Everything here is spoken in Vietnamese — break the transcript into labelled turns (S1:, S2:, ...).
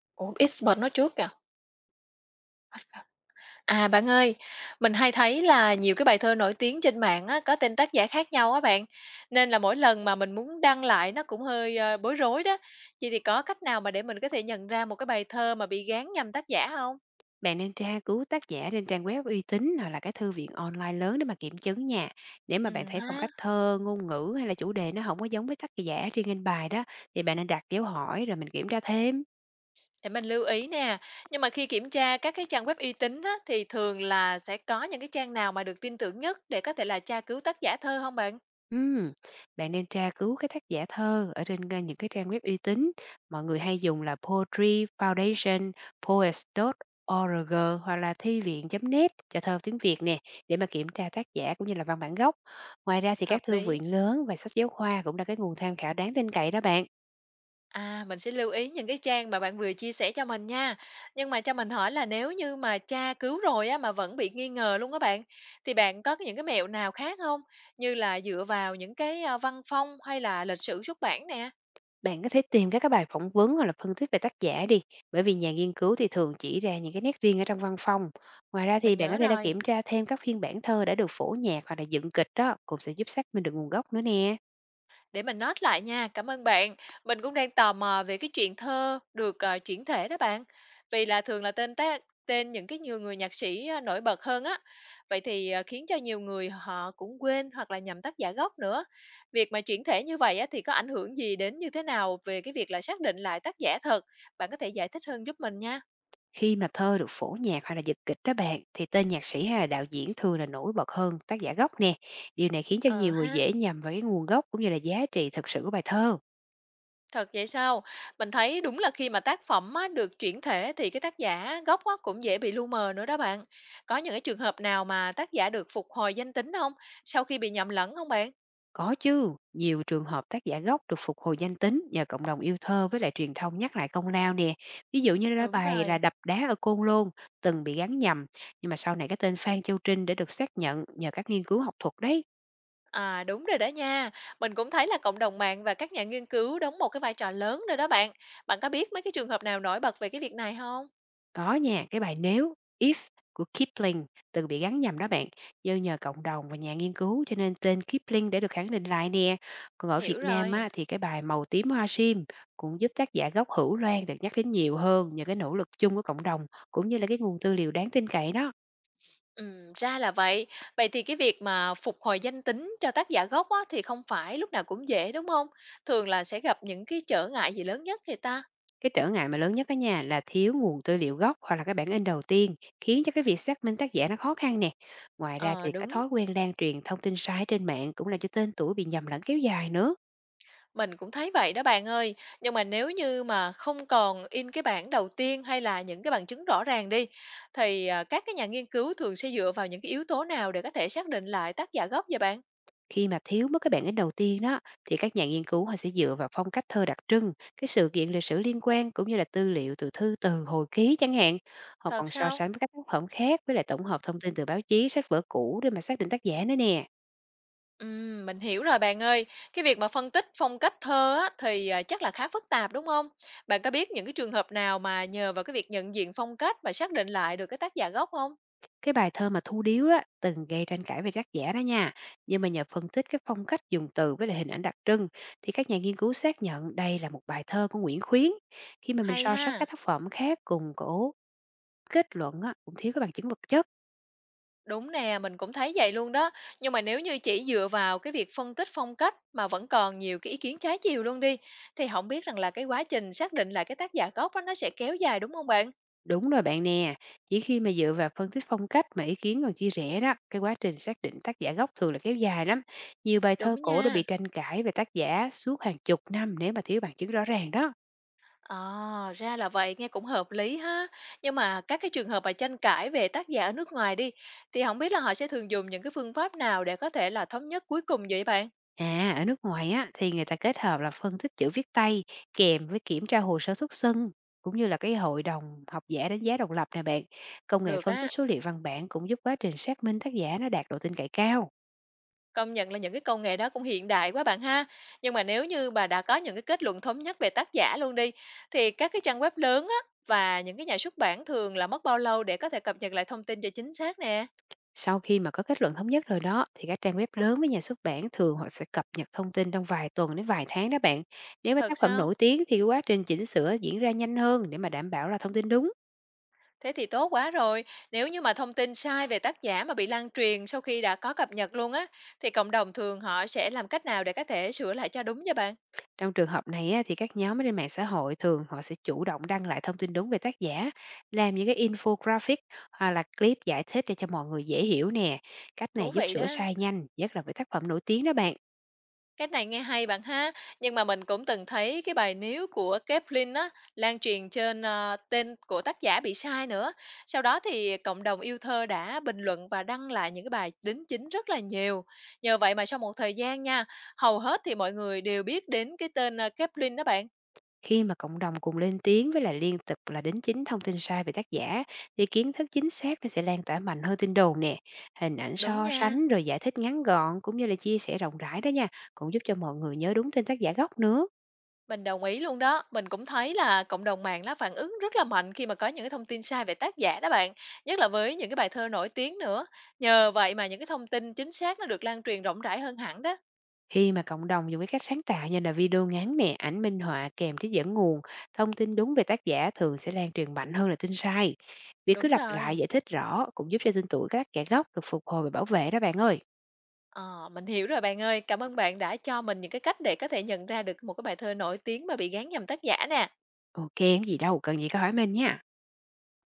S1: Ủa, X-Bit nói trước kìa? À, bạn ơi, mình hay thấy là nhiều cái bài thơ nổi tiếng trên mạng á, có tên tác giả khác nhau á bạn, nên là mỗi lần mà mình muốn đăng lại nó cũng hơi, bối rối đó. Vậy thì có cách nào mà để mình có thể nhận ra một cái bài thơ mà bị gán nhầm tác giả không?
S2: Bạn nên tra cứu tác giả trên trang web uy tín hoặc là cái thư viện online lớn để mà kiểm chứng nha. Nếu mà bạn thấy phong
S1: Ha,
S2: cách thơ, ngôn ngữ hay là chủ đề nó không có giống với tác giả riêng in bài đó thì bạn nên đặt dấu hỏi rồi mình kiểm tra thêm.
S1: để mình lưu ý nè. Nhưng mà khi kiểm tra các cái trang web uy tín á, thì thường là sẽ có những cái trang nào mà được tin tưởng nhất để có thể là tra cứu tác giả thơ không bạn?
S2: Ừm, Bạn nên tra cứu cái tác giả thơ ở trên, những cái trang web uy tín, mọi người hay dùng là Poetry Foundation, Poets.org hoặc là Thi Viện.net cho thơ tiếng Việt nè, để mà kiểm tra tác giả cũng như là văn bản gốc. Ngoài ra thì
S1: Hợp
S2: các thư
S1: lý.
S2: viện lớn và sách giáo khoa cũng là cái nguồn tham khảo đáng tin cậy đó bạn.
S1: À, mình sẽ lưu ý những cái trang mà bạn vừa chia sẻ cho mình nha. Nhưng mà cho mình hỏi là nếu như mà tra cứu rồi á mà vẫn bị nghi ngờ luôn các bạn, thì bạn có những cái mẹo nào khác không? Như là dựa vào những cái văn phong hay là lịch sử xuất bản nè.
S2: Bạn có thể tìm các cái bài phỏng vấn hoặc là phân tích về tác giả đi, bởi vì nhà nghiên cứu thì thường chỉ ra những cái nét riêng ở trong văn phong. Ngoài ra thì
S1: Mình
S2: bạn
S1: nhớ
S2: có thể là
S1: rồi.
S2: kiểm tra thêm các phiên bản thơ đã được phổ nhạc hoặc là dựng kịch đó, cũng sẽ giúp xác minh được nguồn gốc nữa nè.
S1: Để mình note lại nha, cảm ơn bạn. Mình cũng đang tò mò về cái chuyện thơ được, chuyển thể đó bạn. Vì là thường là tên tác tên những cái nhiều người nhạc sĩ, nổi bật hơn á. Vậy thì, khiến cho nhiều người họ cũng quên hoặc là nhầm tác giả gốc nữa. Việc mà chuyển thể như vậy á thì có ảnh hưởng gì đến như thế nào về cái việc là xác định lại tác giả thật? Bạn có thể giải thích hơn giúp mình nha.
S2: Khi mà thơ được phổ nhạc hoặc là dựng kịch đó bạn, thì tên nhạc sĩ hay là đạo diễn thường là nổi bật hơn tác giả gốc nè. Điều này khiến cho
S1: Ờ
S2: nhiều người
S1: ha.
S2: dễ nhầm vào cái nguồn gốc cũng như là giá trị thực sự của bài thơ.
S1: Thật vậy sao? Mình thấy đúng là khi mà tác phẩm á, được chuyển thể thì cái tác giả gốc á, cũng dễ bị lu mờ nữa đó bạn. Có những cái trường hợp nào mà tác giả được phục hồi danh tính không? Sau khi bị nhầm lẫn không bạn?
S2: Có chứ, nhiều trường hợp tác giả gốc được phục hồi danh tính nhờ cộng đồng yêu thơ với lại truyền thông nhắc lại công lao nè. Ví dụ như là
S1: Đúng
S2: bài là
S1: rồi.
S2: đập đá ở Côn Lôn từng bị gắn nhầm, nhưng mà sau này cái tên Phan Châu Trinh đã được xác nhận nhờ các nghiên cứu học thuật đấy.
S1: À đúng rồi đó nha. Mình cũng thấy là cộng đồng mạng và các nhà nghiên cứu đóng một cái vai trò lớn rồi đó bạn. Bạn có biết mấy cái trường hợp nào nổi bật về cái việc này không?
S2: Có nha, cái bài "Nếu" (If) của Kipling từng bị gắn nhầm đó bạn, do nhờ cộng đồng và nhà nghiên cứu cho nên tên Kipling để được khẳng định lại nè. Còn ở Việt
S1: Hiểu
S2: Nam
S1: rồi.
S2: á, thì cái bài "Màu tím hoa sim" cũng giúp tác giả gốc Hữu Loan được nhắc đến nhiều hơn nhờ cái nỗ lực chung của cộng đồng cũng như là cái nguồn tư liệu đáng tin cậy đó.
S1: Ra là vậy. Vậy thì cái việc mà phục hồi danh tính cho tác giả gốc á, thì không phải lúc nào cũng dễ, đúng không? Thường là sẽ gặp những cái trở ngại gì lớn nhất thì ta?
S2: Cái trở ngại mà lớn nhất á, nhà là thiếu nguồn tư liệu gốc hoặc là cái bản in đầu tiên, khiến cho cái việc xác minh tác giả nó khó khăn nè. Ngoài ra
S1: Ờ,
S2: thì cái
S1: đúng,
S2: thói quen lan truyền thông tin sai trên mạng cũng làm cho tên tuổi bị nhầm lẫn kéo dài nữa.
S1: mình cũng thấy vậy đó bạn ơi. Nhưng mà nếu như mà không còn in cái bản đầu tiên hay là những cái bằng chứng rõ ràng đi, thì các cái nhà nghiên cứu thường sẽ dựa vào những cái yếu tố nào để có thể xác định lại tác giả gốc vậy bạn?
S2: Khi mà thiếu mất cái bản in đầu tiên đó thì các nhà nghiên cứu họ sẽ dựa vào phong cách thơ đặc trưng, cái sự kiện lịch sử liên quan cũng như là tư liệu từ thư từ hồi ký chẳng hạn. Họ còn
S1: Thật
S2: so
S1: sao?
S2: sánh với các tác phẩm khác với lại tổng hợp thông tin từ báo chí sách vở cũ để mà xác định tác giả nữa nè.
S1: Mình hiểu rồi bạn ơi. Cái việc mà phân tích phong cách thơ á, thì chắc là khá phức tạp, đúng không? Bạn có biết những cái trường hợp nào mà nhờ vào cái việc nhận diện phong cách mà xác định lại được cái tác giả gốc không?
S2: Cái bài thơ mà Thu Điếu đó từng gây tranh cãi về tác giả đó nha, nhưng mà nhờ phân tích cái phong cách dùng từ với lại hình ảnh đặc trưng thì các nhà nghiên cứu xác nhận đây là một bài thơ của Nguyễn Khuyến, khi mà mình
S1: Hay
S2: so sánh
S1: ha!
S2: các tác phẩm khác cùng cổ. Kết luận á, cũng thiếu cái bằng chứng vật chất.
S1: Đúng nè, mình cũng thấy vậy luôn đó. Nhưng mà nếu như chỉ dựa vào cái việc phân tích phong cách mà vẫn còn nhiều cái ý kiến trái chiều luôn đi, thì không biết rằng là cái quá trình xác định lại cái tác giả gốc á, nó sẽ kéo dài, đúng không bạn?
S2: Đúng rồi bạn nè, chỉ khi mà dựa vào phân tích phong cách mà ý kiến còn chia rẽ đó, cái quá trình xác định tác giả gốc thường là kéo dài lắm. Nhiều bài
S1: Đúng
S2: thơ cổ đã
S1: nha.
S2: bị tranh cãi về tác giả suốt hàng chục năm nếu mà thiếu bằng chứng rõ ràng đó.
S1: À, ra là vậy, nghe cũng hợp lý ha. Nhưng mà các cái trường hợp mà tranh cãi về tác giả ở nước ngoài đi, thì không biết là họ sẽ thường dùng những cái phương pháp nào để có thể là thống nhất cuối cùng vậy bạn?
S2: À, ở nước ngoài á thì người ta kết hợp là phân tích chữ viết tay, kèm với kiểm tra hồ sơ xuất thân cũng như là cái hội đồng học giả đánh giá độc lập nè bạn. Công nghệ
S1: Được
S2: phân tích
S1: á,
S2: số liệu văn bản cũng giúp quá trình xác minh tác giả nó đạt độ tin cậy cao.
S1: công nhận là những cái công nghệ đó cũng hiện đại quá bạn ha. Nhưng mà nếu như bà đã có những cái kết luận thống nhất về tác giả luôn đi, thì các cái trang web lớn á, và những cái nhà xuất bản thường là mất bao lâu để có thể cập nhật lại thông tin cho chính xác nè?
S2: Sau khi mà có kết luận thống nhất rồi đó thì các trang web lớn với nhà xuất bản thường họ sẽ cập nhật thông tin trong vài tuần đến vài tháng đó bạn. Nếu mà
S1: Thật
S2: tác phẩm
S1: sao?
S2: nổi tiếng thì cái quá trình chỉnh sửa diễn ra nhanh hơn để mà đảm bảo là thông tin đúng.
S1: Thế thì tốt quá rồi. Nếu như mà thông tin sai về tác giả mà bị lan truyền sau khi đã có cập nhật luôn á, thì cộng đồng thường họ sẽ làm cách nào để có thể sửa lại cho đúng vậy bạn?
S2: Trong trường hợp này á, thì các nhóm ở trên mạng xã hội thường họ sẽ chủ động đăng lại thông tin đúng về tác giả, làm những cái infographic hoặc là clip giải thích để cho mọi người dễ hiểu nè. Cách
S1: Thú
S2: này giúp
S1: vị
S2: sửa
S1: đó.
S2: sai nhanh, nhất là với tác phẩm nổi tiếng đó bạn.
S1: Cách này nghe hay bạn ha. Nhưng mà mình cũng từng thấy cái bài Níu của Kepling á, lan truyền trên tên của tác giả bị sai nữa. Sau đó thì cộng đồng yêu thơ đã bình luận và đăng lại những cái bài đính chính rất là nhiều. Nhờ vậy mà sau một thời gian nha, hầu hết thì mọi người đều biết đến cái tên Kepling đó bạn.
S2: Khi mà cộng đồng cùng lên tiếng với lại liên tục là đính chính thông tin sai về tác giả thì kiến thức chính xác nó sẽ lan tỏa mạnh hơn tin đồn nè. Hình ảnh
S1: Đúng
S2: so
S1: nha.
S2: sánh rồi giải thích ngắn gọn cũng như là chia sẻ rộng rãi đó nha, cũng giúp cho mọi người nhớ đúng tên tác giả gốc nữa.
S1: Mình đồng ý luôn đó. Mình cũng thấy là cộng đồng mạng nó phản ứng rất là mạnh khi mà có những cái thông tin sai về tác giả đó bạn, nhất là với những cái bài thơ nổi tiếng nữa. Nhờ vậy mà những cái thông tin chính xác nó được lan truyền rộng rãi hơn hẳn đó.
S2: Khi mà cộng đồng dùng cái cách sáng tạo như là video ngắn nè, ảnh minh họa kèm trích dẫn nguồn, thông tin đúng về tác giả thường sẽ lan truyền mạnh hơn là tin sai. Việc cứ
S1: Đúng
S2: lặp
S1: rồi.
S2: lại giải thích rõ cũng giúp cho tên tuổi các tác giả gốc được phục hồi và bảo vệ đó bạn ơi.
S1: Ờ, mình hiểu rồi bạn ơi. Cảm ơn bạn đã cho mình những cái cách để có thể nhận ra được một cái bài thơ nổi tiếng mà bị gán nhầm tác giả nè.
S2: Ok, không gì đâu, cần gì có hỏi mình nha.